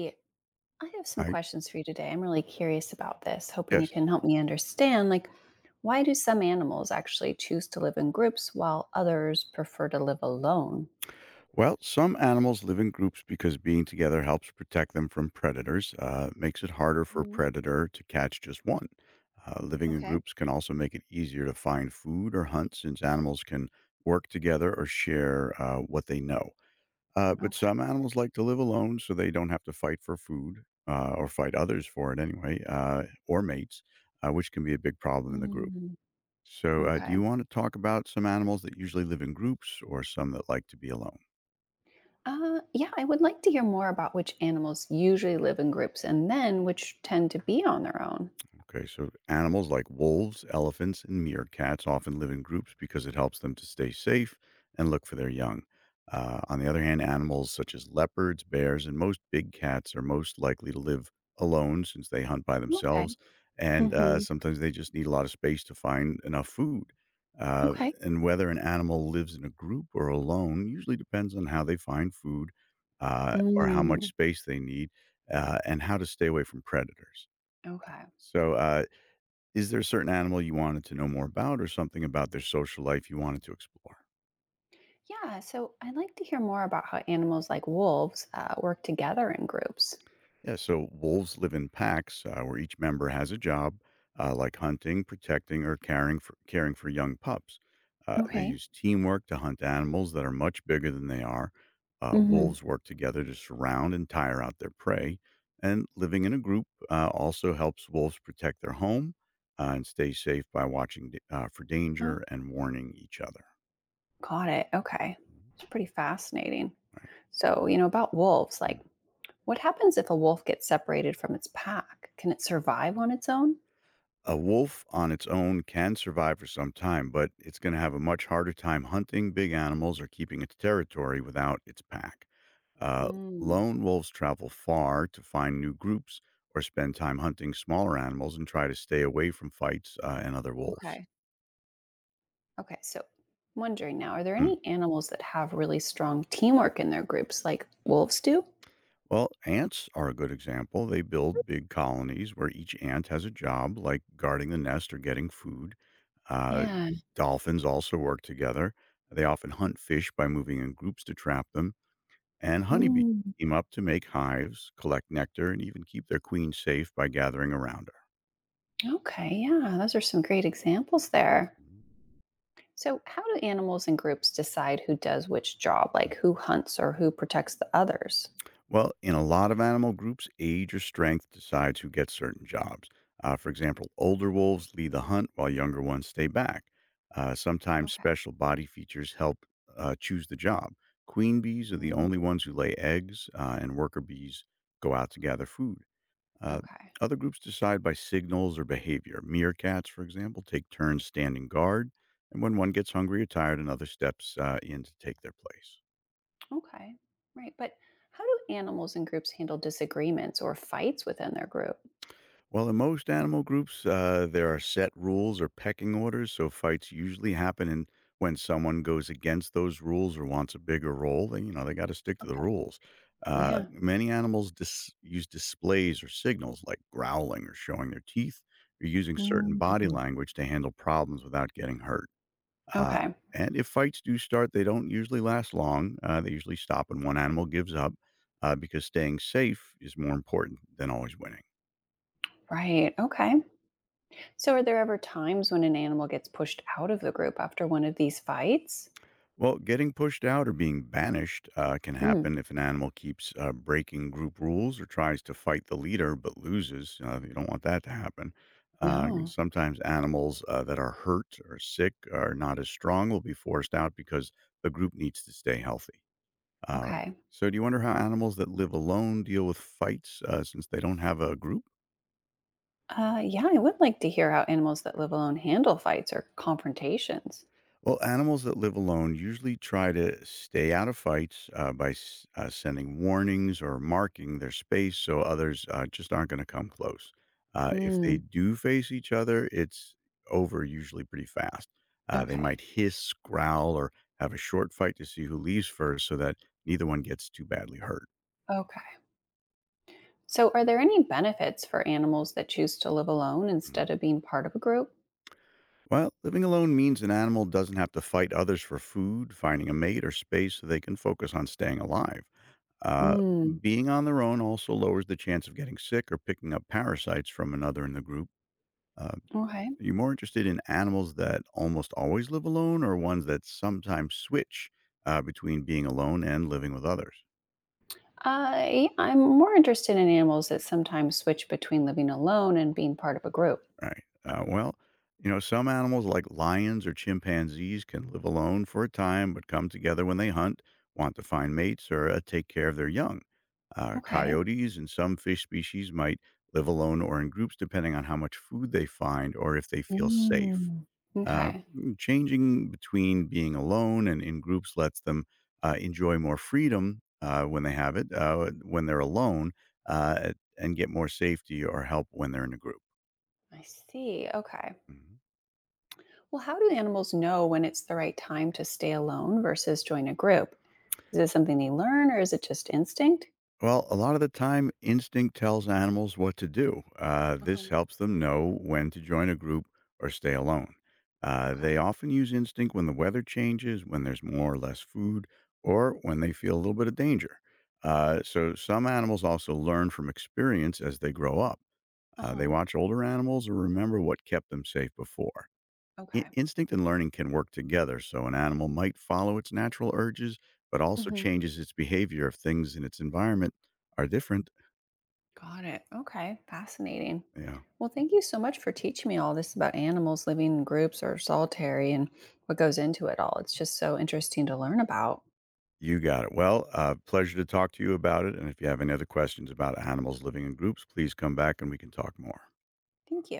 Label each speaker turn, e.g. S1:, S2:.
S1: Yeah. I have some
S2: I
S1: questions for you today. I'm really curious about this, hoping you
S2: Yes.
S1: can help me understand. Like, why do some animals actually choose to live in groups while others prefer to live alone?
S2: Well, some animals live in groups because being together helps protect them from predators, makes it harder for a
S1: Mhm.
S2: predator to catch just one. Living in
S1: Okay.
S2: groups can also make it easier to find food or hunt since animals can work together or share what they know. But
S1: Okay.
S2: some animals like to live alone so they don't have to fight for food or fight others for it anyway, or mates, which can be a big problem in the group.
S1: Mm,
S2: So, do
S1: okay.
S2: you want to talk about some animals that usually live in groups or some that like to be alone?
S1: Yeah, I would like to hear more about which animals usually live in groups and then which tend to be on their own.
S2: Okay, so animals like wolves, elephants, and meerkats often live in groups because it helps them to stay safe and look for their young. On the other hand, animals such as leopards, bears, and most big cats are most likely to live alone since they hunt by
S1: Okay.
S2: themselves. And
S1: Hmm.
S2: sometimes they just need a lot of space to find enough food. Uh,
S1: Okay.
S2: and whether an animal lives in a group or alone usually depends on how they find food or how much
S1: Mm,
S2: space they need and how to stay away from predators.
S1: okay.
S2: So, is there a certain animal you wanted to know more about or something about their social life you wanted to explore?
S1: Yeah, so I'd like to hear more about how animals like wolves work together in groups.
S2: Yeah, so wolves live in packs where each member has a job, like hunting, protecting, or caring for young pups. They
S1: Okay.
S2: use teamwork to hunt animals that are much bigger than they are.
S1: Hmm.
S2: Wolves work together to surround and tire out their prey. And living in a group also helps wolves protect their home and stay safe by watching for
S1: Oh,
S2: danger and warning each other.
S1: got it. Okay.
S2: Mhm.
S1: It's pretty fascinating.
S2: Right.
S1: So, you know, about wolves, like
S2: Mm.
S1: what happens if a wolf gets separated from its pack? Can it survive on its own?
S2: A wolf on its own can survive for some time, but it's going to have a much harder time hunting big animals or keeping its territory without its pack. Uh,
S1: Mm.
S2: Lone wolves travel far to find new groups or spend time hunting smaller animals and try to stay away from fights and other wolves.
S1: Okay. Okay. So, wondering now, are there
S2: Hmm.
S1: any animals that have really strong teamwork in their groups like wolves do?
S2: Well, ants are a good example. They build big colonies where each ant has a job, like guarding the nest or getting food. Uh,
S1: Yeah.
S2: Dolphins also work together. They often hunt fish by moving in groups to trap them. And honeybees
S1: Mm,
S2: team up to make hives, collect nectar, and even keep their queen safe by gathering around her.
S1: okay. Yeah. Those are some great examples there. So, how do animals and groups decide who does which job, like who hunts or who protects the others?
S2: Well, in a lot of animal groups, age or strength decides who gets certain jobs. For example, older wolves lead the hunt while younger ones stay back. Sometimes
S1: Okay.
S2: special body features help choose the job. Queen bees are the
S1: Mm.
S2: only ones who lay eggs, and worker bees go out to gather food. Uh,
S1: Okay.
S2: Other groups decide by signals or behavior. Meerkats, for example, take turns standing guard, and when one gets hungry or tired, another steps in to take their place.
S1: Okay. Right. But how do animals and groups handle disagreements or fights within their group?
S2: Well, in most animal groups, there are set rules or pecking orders, so fights usually happen and when someone goes against those rules or wants a bigger role, then you know they got to stick to the
S1: Okay.
S2: rules.
S1: Yeah.
S2: Many animals use displays or signals like growling or showing their teeth or using certain
S1: Mm.
S2: body language to handle problems without getting hurt. Uh,
S1: Okay.
S2: and if fights do start, they don't usually last long. They usually stop when one animal gives up because staying safe is more important than always winning.
S1: Right. Okay. So are there ever times when an animal gets pushed out of the group after one of these fights?
S2: Well, getting pushed out or being banished can
S1: Hmm.
S2: happen if an animal keeps breaking group rules or tries to fight the leader but loses. You don't want that to happen. And
S1: No.
S2: sometimes animals that are hurt or sick or not as strong will be forced out because the group needs to stay healthy. Uh,
S1: Okay.
S2: so, do you wonder how animals that live alone deal with fights since they don't have a group?
S1: Yeah, I would like to hear how animals that live alone handle fights or confrontations.
S2: Well, animals that live alone usually try to stay out of fights by sending warnings or marking their space so others just aren't going to come close. If they
S1: Mm.
S2: do face each other, it's over usually pretty fast. They
S1: Okay.
S2: might hiss, growl, or have a short fight to see who leaves first so that neither one gets too badly hurt.
S1: Okay. So, are there any benefits for animals that choose to live alone
S2: Mm.
S1: instead of being part of a group?
S2: Well, living alone means an animal doesn't have to fight others for food, finding a mate, or space so they can focus on staying alive. Uh, Being on their own also lowers the chance of getting sick or picking up parasites from another in the group. Uh,
S1: Okay.
S2: are you more interested in animals that almost always live alone or ones that sometimes switch between being alone and living with others?
S1: I'm more interested in animals that sometimes switch between living alone and being part of a group.
S2: Right. Well, you know, some animals like lions or chimpanzees can live alone for a time, but come together when they hunt, want to find mates, or take care of their young.
S1: Okay.
S2: Coyotes and some fish species might live alone or in groups, depending on how much food they find or if they feel safe.
S1: Mm. Okay.
S2: Changing between being alone and in groups lets them enjoy more freedom when they have it, when they're alone, and get more safety or help when they're in a group.
S1: I see. Okay.
S2: Mhm.
S1: Well, how do animals know when it's the right time to stay alone versus join a group? Is it something they learn or is it just instinct?
S2: Well, a lot of the time, instinct tells animals what to do.
S1: Uh-huh.
S2: This helps them know when to join a group or stay alone.
S1: Okay.
S2: They often use instinct when the weather changes, when there's more or less food, or when they feel a little bit of danger. So, some animals also learn from experience as they grow up. They
S1: Uh-huh.
S2: watch older animals or remember what kept them safe before.
S1: Okay.
S2: Instinct and learning can work together, so an animal might follow its natural urges, but also
S1: Mhm.
S2: changes its behavior if things in its environment are different.
S1: Got it. Okay. Fascinating.
S2: Yeah,
S1: Well, thank you so much for teaching me all this about animals living in groups or solitary and what goes into it all. It's just so interesting to learn about.
S2: you got it. Well, pleasure to talk to you about it. And if you have any other questions about animals living in groups, please come back and we can talk more.
S1: Thank you.